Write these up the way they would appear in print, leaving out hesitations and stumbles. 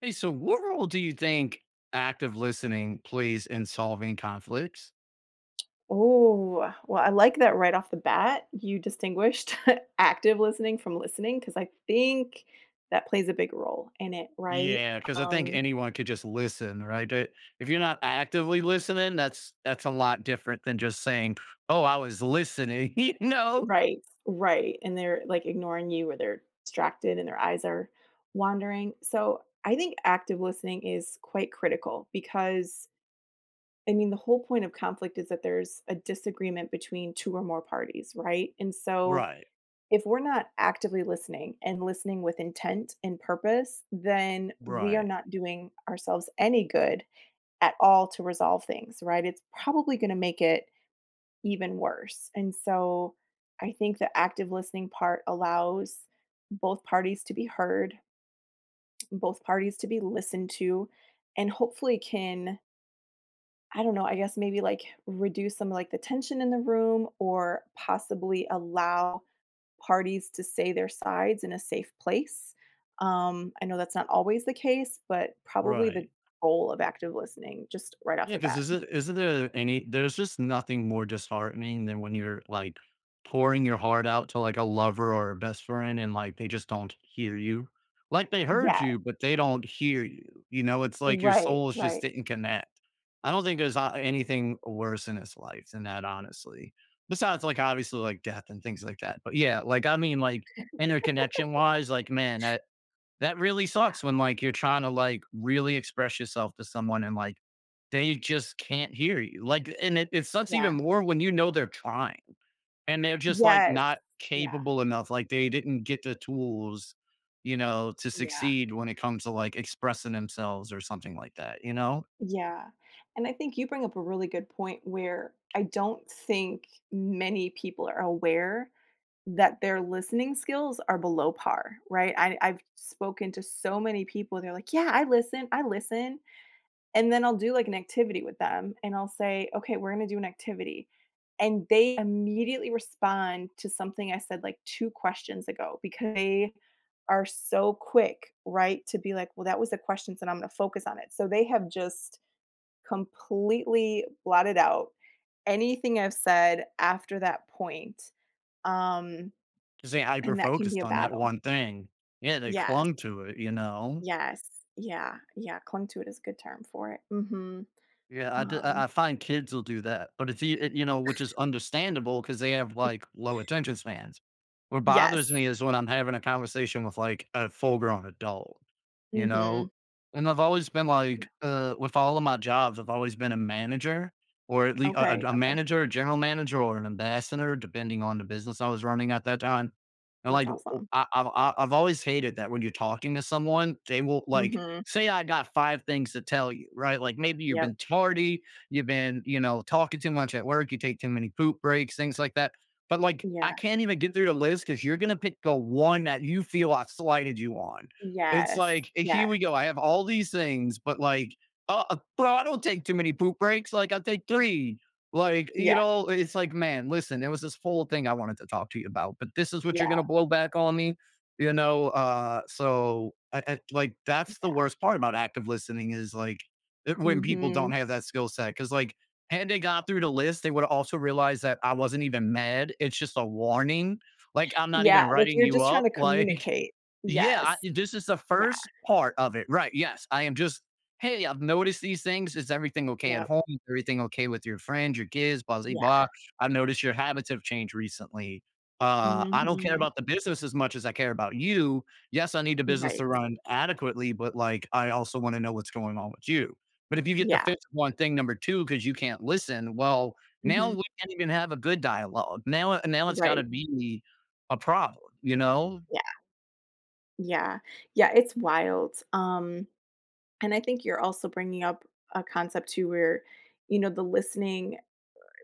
Hey, so what role do you think active listening plays in solving conflicts? Oh, well, I like that right off the bat, you distinguished active listening from listening because I think that plays a big role in it, right? Yeah, because I think Um, anyone could just listen, right? If you're not actively listening, that's a lot different than just saying, "Oh, I was listening," you know? right, right, and they're, like, ignoring you or they're distracted and their eyes are wandering. So, I think active listening is quite critical because, I mean, the whole point of conflict is that there's a disagreement between 2 or more parties, right? And so Right, if we're not actively listening and listening with intent and purpose, then we are right, not doing ourselves any good at all to resolve things, right? It's probably going to make it even worse. And so I think the active listening part allows both parties to be heard, both parties to be listened to, and hopefully can, I don't know, I guess maybe like reduce some like the tension in the room or possibly allow parties to say their sides in a safe place. I know that's not always the case, but probably the right. goal of active listening, just right off Yeah, the because bat. is it isn't there any there's just nothing more disheartening than when you're like pouring your heart out to like a lover or a best friend and like they just don't hear you. Like they heard Yeah. you, but they don't hear you. You know, it's like your Right, souls just right. didn't connect. I don't think there's anything worse in this life than that, honestly. Besides, like obviously, like death and things like that. But yeah, like I mean, like interconnection wise, like man, that really Yeah, sucks when like you're trying to like really express yourself to someone and like they just can't hear you. Like, it sucks yeah. even more when you know they're trying and they're just like Yes. not Yeah, capable enough. Like, they didn't get the tools, you know, to yeah, succeed when it comes to like expressing themselves or something like that, you know? yeah. And I think you bring up a really good point where I don't think many people are aware that their listening skills are below par, right? I've spoken to so many people, they're like, "Yeah, I listen, I listen." And then I'll do, like, an activity with them, and I'll say, "Okay, we're gonna do an activity." And they immediately respond to something I said, like, 2 questions ago because they are so quick, right, to be like, "Well, that was the question, and I'm gonna focus on it." So they have just completely blotted out anything I've said after that point, um, Just they hyper and that can be focused a on that battle. one thing. Yeah, they Yes, clung to it, you know? yes, yeah, yeah, "clung to it" is a good term for it. Mhm, Yeah, I d I um, find kids will do that, but it's e it you know, which is understandable because they have, y like, low attention spans. What bothers yes. me is when I'm having a conversation with, like, a full-grown adult, you Mhm. know? And I've always been like, with all of my jobs, I've always been a manager or at least a Okay, a a okay. manager, a general manager, or an ambassador, depending on the business I was running at that time. And, That's like, w w awesome. I've always hated that when you're talking to someone, they will, like Mhm. say I got 5 things to tell you, right? Like maybe you've Yep. been tardy, you've been, you know, talking too much at work, you take too many poop breaks, things like that. But like I Yeah. can't even get through the list because you're gonna pick the one that you feel I slighted you on. It's Yes. like eh, Yeah. here we go. I have all these things, but like, bro, I don't take too many poop breaks. Like I take three. Like Yeah. you know, it's like, man, listen, there was this whole thing I wanted to talk to you about, but this is what you're Yeah. gonna blow back on me. You know, so I like, that's the Yeah. worst part about active listening is, like, it when people Mhm. don't have that skill set because like, had they got through the list, they would also realize that I wasn't even mad, it's just a warning, like, I'm not even Yeah, like, writing you're you just trying up, to like communicate. yeah, Yes. This is the Yeah. first part of it, right, yes, I am just, "Hey, I've noticed these things, is everything okay at Yep. home? Is everything okay with your friends, your kids, blah, zee, Yeah. blah. I've noticed your habits have changed recently. I don't care Mhm. about the business as much as I care about you. Yes, I need the business Right. to run adequately, but, like, I also wanna know what's going on with you." But if you get the Yeah. fifth one thing number two, because you can't listen, well, now Mhm. we can't even have a good dialogue, now it's gotta Right. be a problem, you know? Yeah. Yeah. Yeah, it's wild. And I think you're also bringing up a concept too where, you know, the listening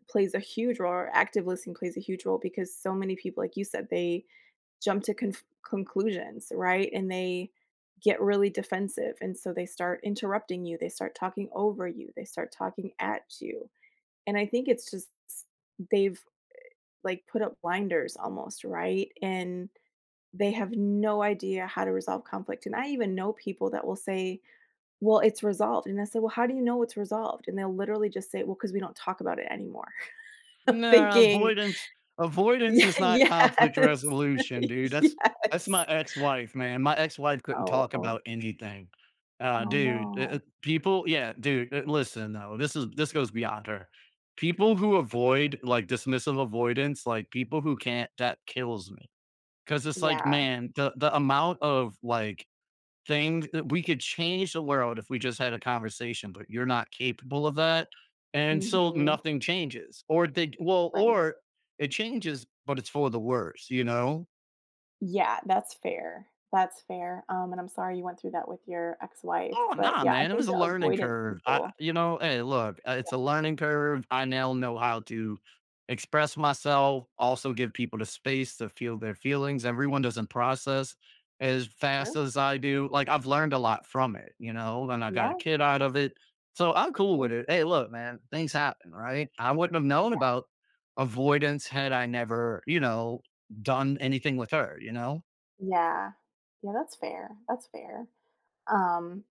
plays a huge role or active listening plays a huge role because so many people, like you said, they jump to conclusions, right? And they get really defensive. And so they start interrupting you, they start talking over you, they start talking at you. And I think it's just they've like put up blinders almost, right? And they have no idea how to resolve conflict. And I even know people that will say, "Well, it's resolved." And I said, "Well, how do you know it's resolved?" And they'll literally just say, "Well, because we don't talk about it anymore." No, thinking, avoidance Yeah, is not conflict yes. resolution, dude. That's my yes. ex-wife, man. My ex-wife couldn't Oh, talk oh. about anything. Oh, no. People, yeah, dude, listen, though, this goes beyond her. People who avoid like dismissive avoidance, like people who can't, that kills me. Cause it's like, Yeah. man, the amount of like thing that we could change the world if we just had a conversation, but you're not capable of that. And so Mhm. nothing changes. Or they well, Right. or it changes, but it's for the worse, you know? Yeah, that's fair. That's fair, and I'm sorry you went through that with your ex-wife, Oh, but, nah, yeah, I man. It think was a the learning avoidant curve. I, people you know, hey, look, it's Yeah, a learning curve. I now know how to express myself, also give people the space to feel their feelings. Everyone doesn't process as sure. fast as I do. Like, I've learned a lot from it, you know, and I got a Yeah. kid out That's of it. So I'm cool fair. with it. Hey, look, man, things happen, right? I wouldn't have known Yeah. about avoidance had I never, you know, done anything with her, you know? Yeah. Yeah, that's fair. That's fair. Um,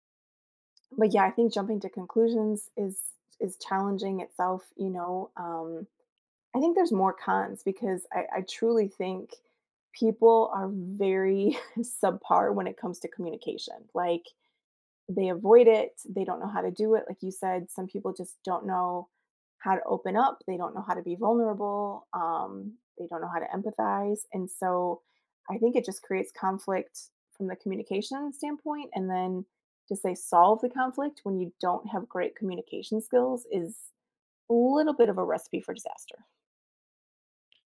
but, yeah, I think jumping to conclusions is challenging itself, you know, I think there's more cons because I truly think people are very subpar when it comes to communication, like they avoid it. They don't know how to do it. Like you said, some people just don't know how to open up. They don't know how to be vulnerable. They don't know how to empathize. And so I think it just creates conflict from the communication standpoint. And then to say solve the conflict when you don't have great communication skills is a little bit of a recipe for disaster.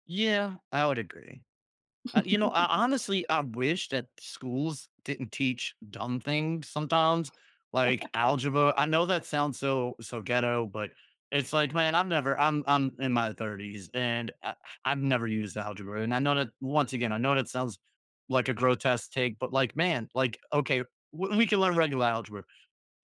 Yeah, I would agree. You know, I, honestly, I wish that schools didn't teach dumb things sometimes, like algebra. I know that sounds so ghetto, but it's like, man, I've never. I'm in my thirties, I've never used algebra. And I know that once again, I know that sounds like a grotesque take, but like, man, like, okay, we can learn regular algebra,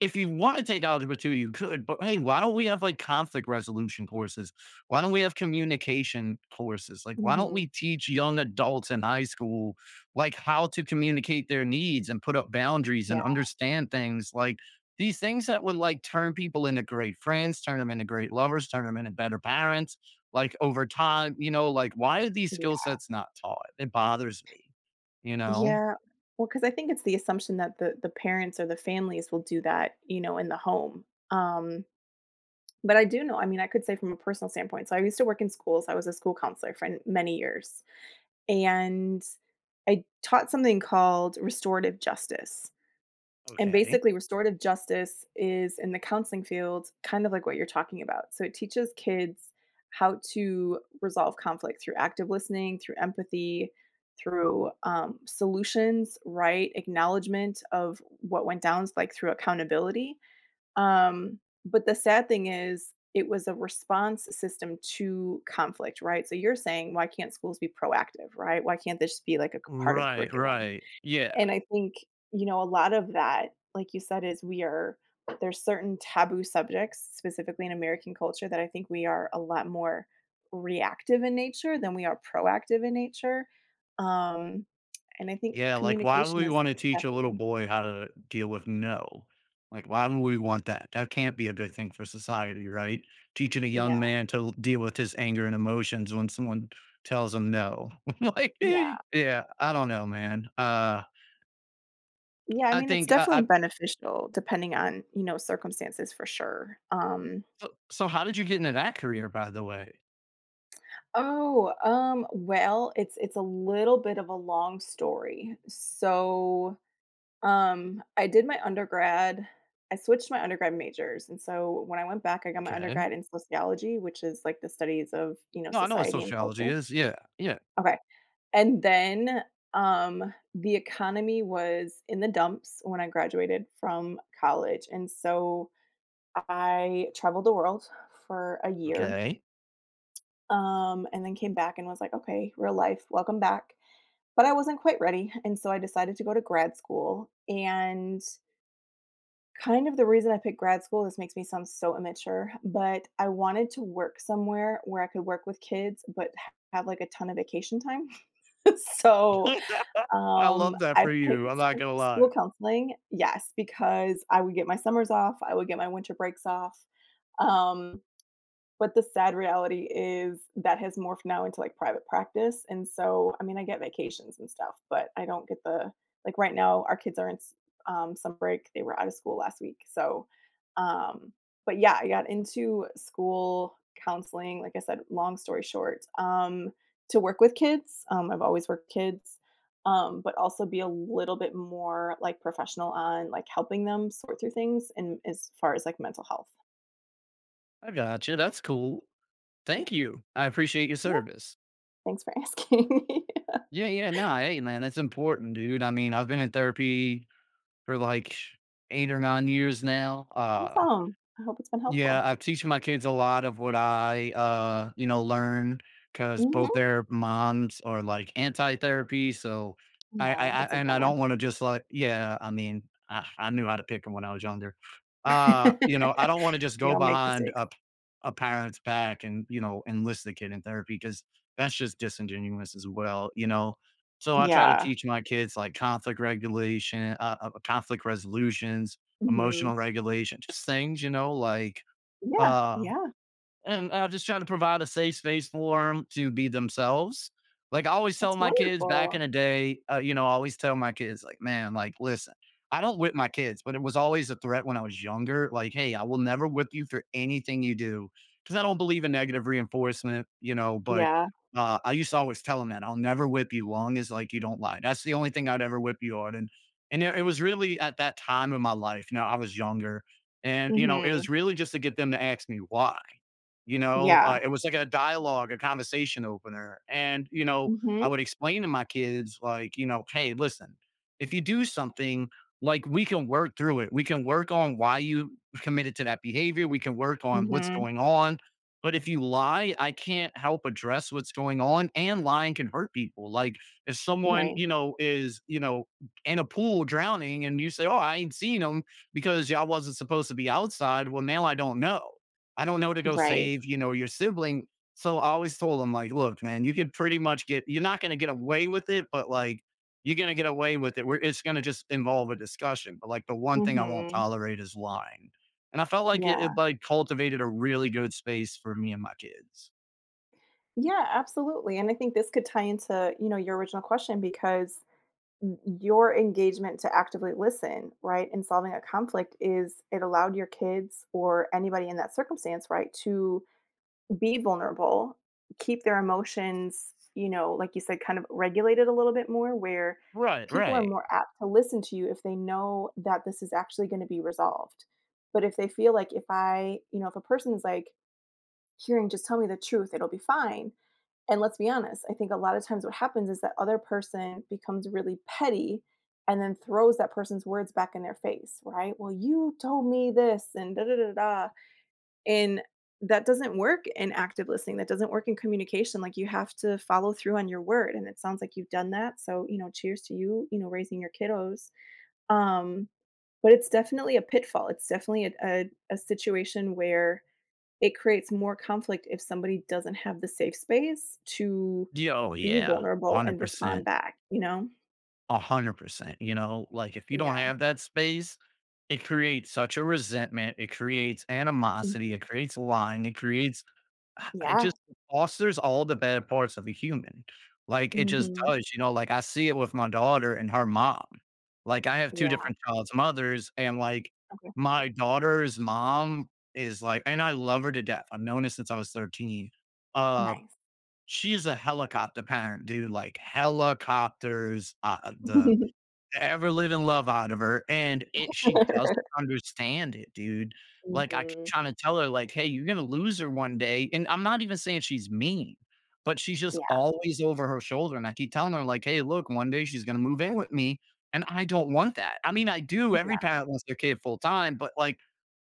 if you want to take algebra two, you could, but hey, why don't we have like conflict resolution courses? Why don't we have communication courses? Like, why don't Mhm. we teach young adults in high school, like how to communicate their needs and put up boundaries Yeah, and understand things like these things that would like turn people into great friends, turn them into great lovers, turn them into better parents, like over time, you know, like why are these skill yeah. sets not taught? It bothers me, you know? Yeah. Well, because I think it's the assumption that the parents or the families will do that, you know, in the home. Um, but I do know, I mean, I could say from a personal standpoint, so I used to work in schools. I was a school counselor for many years. And I taught something called restorative justice. And Okay. basically, restorative justice is in the counseling field, kind of like what you're talking about. So it teaches kids how to resolve conflict through active listening, through empathy, through solutions, right? Acknowledgement of what went down, like through accountability. Um, but the sad thing is, it was a response system to conflict, right? So you're saying, why can't schools be proactive, right? Why can't this be like a part of Right, curriculum? right. Yeah. And I think, you know, a lot of that, like you said, is we are there's certain taboo subjects, specifically in American culture, that I think we are a lot more reactive in nature than we are proactive in nature. Um, and I think Yeah, like, why would communication we is wanna teach a little definitely boy how to deal with no? Like, why would we want that? That can't be a good thing for society, right? Teaching a yeah, young man to l deal with his anger and emotions when someone tells him no. Like, yeah. yeah, I don't know, man. Yeah, I I mean, it's think definitely I beneficial depending on, you know, circumstances for sure. So how did you get into that career, by the way? Oh, well, it's a little bit of a long story. So I did my undergrad I switched my undergrad majors, and so when I went back, I got my Okay. undergrad in sociology, which is, like, the studies of, you know, No, I know what society and sociology culture. is. Yeah, yeah. Okay, and then, the economy was in the dumps when I graduated from college, and so I traveled the world for a year, Okay. And then came back and was like, "Okay, real life, welcome back." But I wasn't quite ready, and so I decided to go to grad school, and Kind of the reason I picked grad school, this makes me sound so immature, but I wanted to work somewhere where I could work with kids, but h have, like, a ton of vacation time. So, I love that I for picked you, I'm not gonna lie. school counseling yes, because I would get my summers off, I would get my winter breaks off, um, but the sad reality is that has morphed now into, like, private practice, and so, I mean, I get vacations and stuff, but I don't get the like, right now, our kids are in s summer break, they were out of school last week, so, um but yeah, I got into school counseling, like I said, long story short, to work with kids, I've always worked kids, but also be a little bit more, like, professional on, like, helping them sort through things and as far as, like, mental health. I got you. That's cool. Yeah. Thank you. I appreciate your service. Thanks for asking. Yeah, yeah, no, hey, man, that's important, dude. I mean, I've been in therapy for like 8 or 9 years now. Awesome. I hope it's been Yeah, helpful. I've teach my kids a lot of what I, you know, learn because both Mhm. their moms are like anti-therapy. So Aw, I that's a and I bummer. don't want to just like, yeah, I mean, I knew how to pick 'em when I was younger. You know, I don't want to just We go all make behind mistakes. A parent's back and, you know, enlist the kid in therapy because that's just disingenuous as well, you know? So I try to Yeah. teach my kids like conflict regulation, conflict resolutions Mhm. emotional regulation, just things, you know, like, Yeah, uh, yeah. and I'm just trying to provide a safe space for them to be themselves. Like I always tell That's my kids back wonderful. in the day, you know, I always tell my kids, like, man, like, listen, I don't whip my kids, but it was always a threat when I was younger. Like, hey, I will never whip you for anything you do because I don't believe in negative reinforcement, you know, but. Yeah. I used to always tell them that I'll never whip you long as like you don't lie. That's the only thing I'd ever whip you on. And it was really at that time in my life. You know, I was younger, and you know, it Mhm. was really just to get them to ask me why, you know, Yeah. It was like a dialogue, a conversation opener, and, you know, I Mhm. would explain to my kids, like, you know, "Hey, listen, if you do something, like, we can work through it. We can work on why you committed to that behavior. We can work on what's Mhm. going on, but if you lie, I can't help address what's going on, and lying can hurt people." Like, if someone, Right. you know, is, you know, in a pool drowning and you say, "Oh, I ain't seen him because y'all wasn't supposed to be outside," well, now I don't know. I don't know to go Right. save, you know, your sibling. So I always told him, like, look, man, you could pretty much get, you're not going to get away with it, but like, you're going to get away with it. We're, it's going to just involve a discussion. But like, the one thing I won't Mhm. tolerate is lying. And I felt like it, Yeah. it like cultivated a really good space for me and my kids. Yeah, absolutely, and I think this could tie into, you know, your original question because your engagement to actively listen, right, in solving a conflict is it allowed your kids or anybody in that circumstance, right, to be vulnerable, keep their emotions, you know, like you said, kind of regulated a little bit more, where Right, people are right. more apt to listen to you if they know that this is actually going to be resolved. But if they feel like if I, you know, if a person is like hearing, just tell me the truth, it'll be fine and let's be honest, I think a lot of times what happens is that other person becomes really petty and then throws that person's words back in their face, right? Well, you told me this and da da da da. And that doesn't work in active listening. That doesn't work in communication. Like you have to follow through on your word. And it sounds like you've done that. So, you know, cheers to you, you know, raising your kiddos. Um, but it's definitely a pitfall. It's definitely a situation where it creates more conflict if somebody doesn't have the safe space to Yeah, oh be yeah, vulnerable and respond back, you know? 100%. You know, like if you don't Yeah. have that space, it creates such a resentment. It creates animosity. It Mhm. creates lying. It creates It Yeah. just fosters all the bad parts of a human. Like, it just Mhm. does, you know, like, I see it with my daughter and her mom. Like, I have 2 Yeah. different child's mothers, and, like, Okay. my daughter's mom is, like and I love her to death. I've known her since I was 13. Uh, Nice. she's a helicopter parent, dude, like, helicopters, the ever live in love out of her, and it she doesn't understand it, dude. Like, I keep Mhm. trying to tell her, like, "Hey, you're gonna lose her one day," and I'm not even saying she's mean, but she's just Yeah, always over her shoulder, and I keep telling her, like, "Hey, look, one day she's gonna move in with me, and I don't want that." I mean, I do, every yeah. parent wants their kid full time, but, like,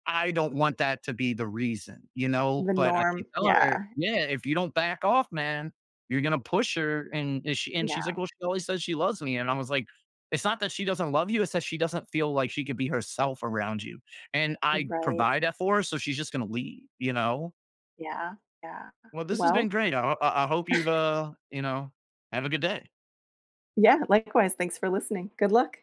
I don't want that to be the reason, you know? The But I norm. keep telling Yeah, her, "Yeah, if you don't back off, man, you're gonna push her." And she's like, yeah. "Well, she always says she loves me." And I was like, "It's not that she doesn't love you, it's that she doesn't feel like she could be herself around you." And I Right. provide that for her, so she's just gonna leave, you know? Yeah, yeah. Well, this has been Well, great. I hope you've, you know, have a good day. yeah, likewise. Thanks for listening. Good luck.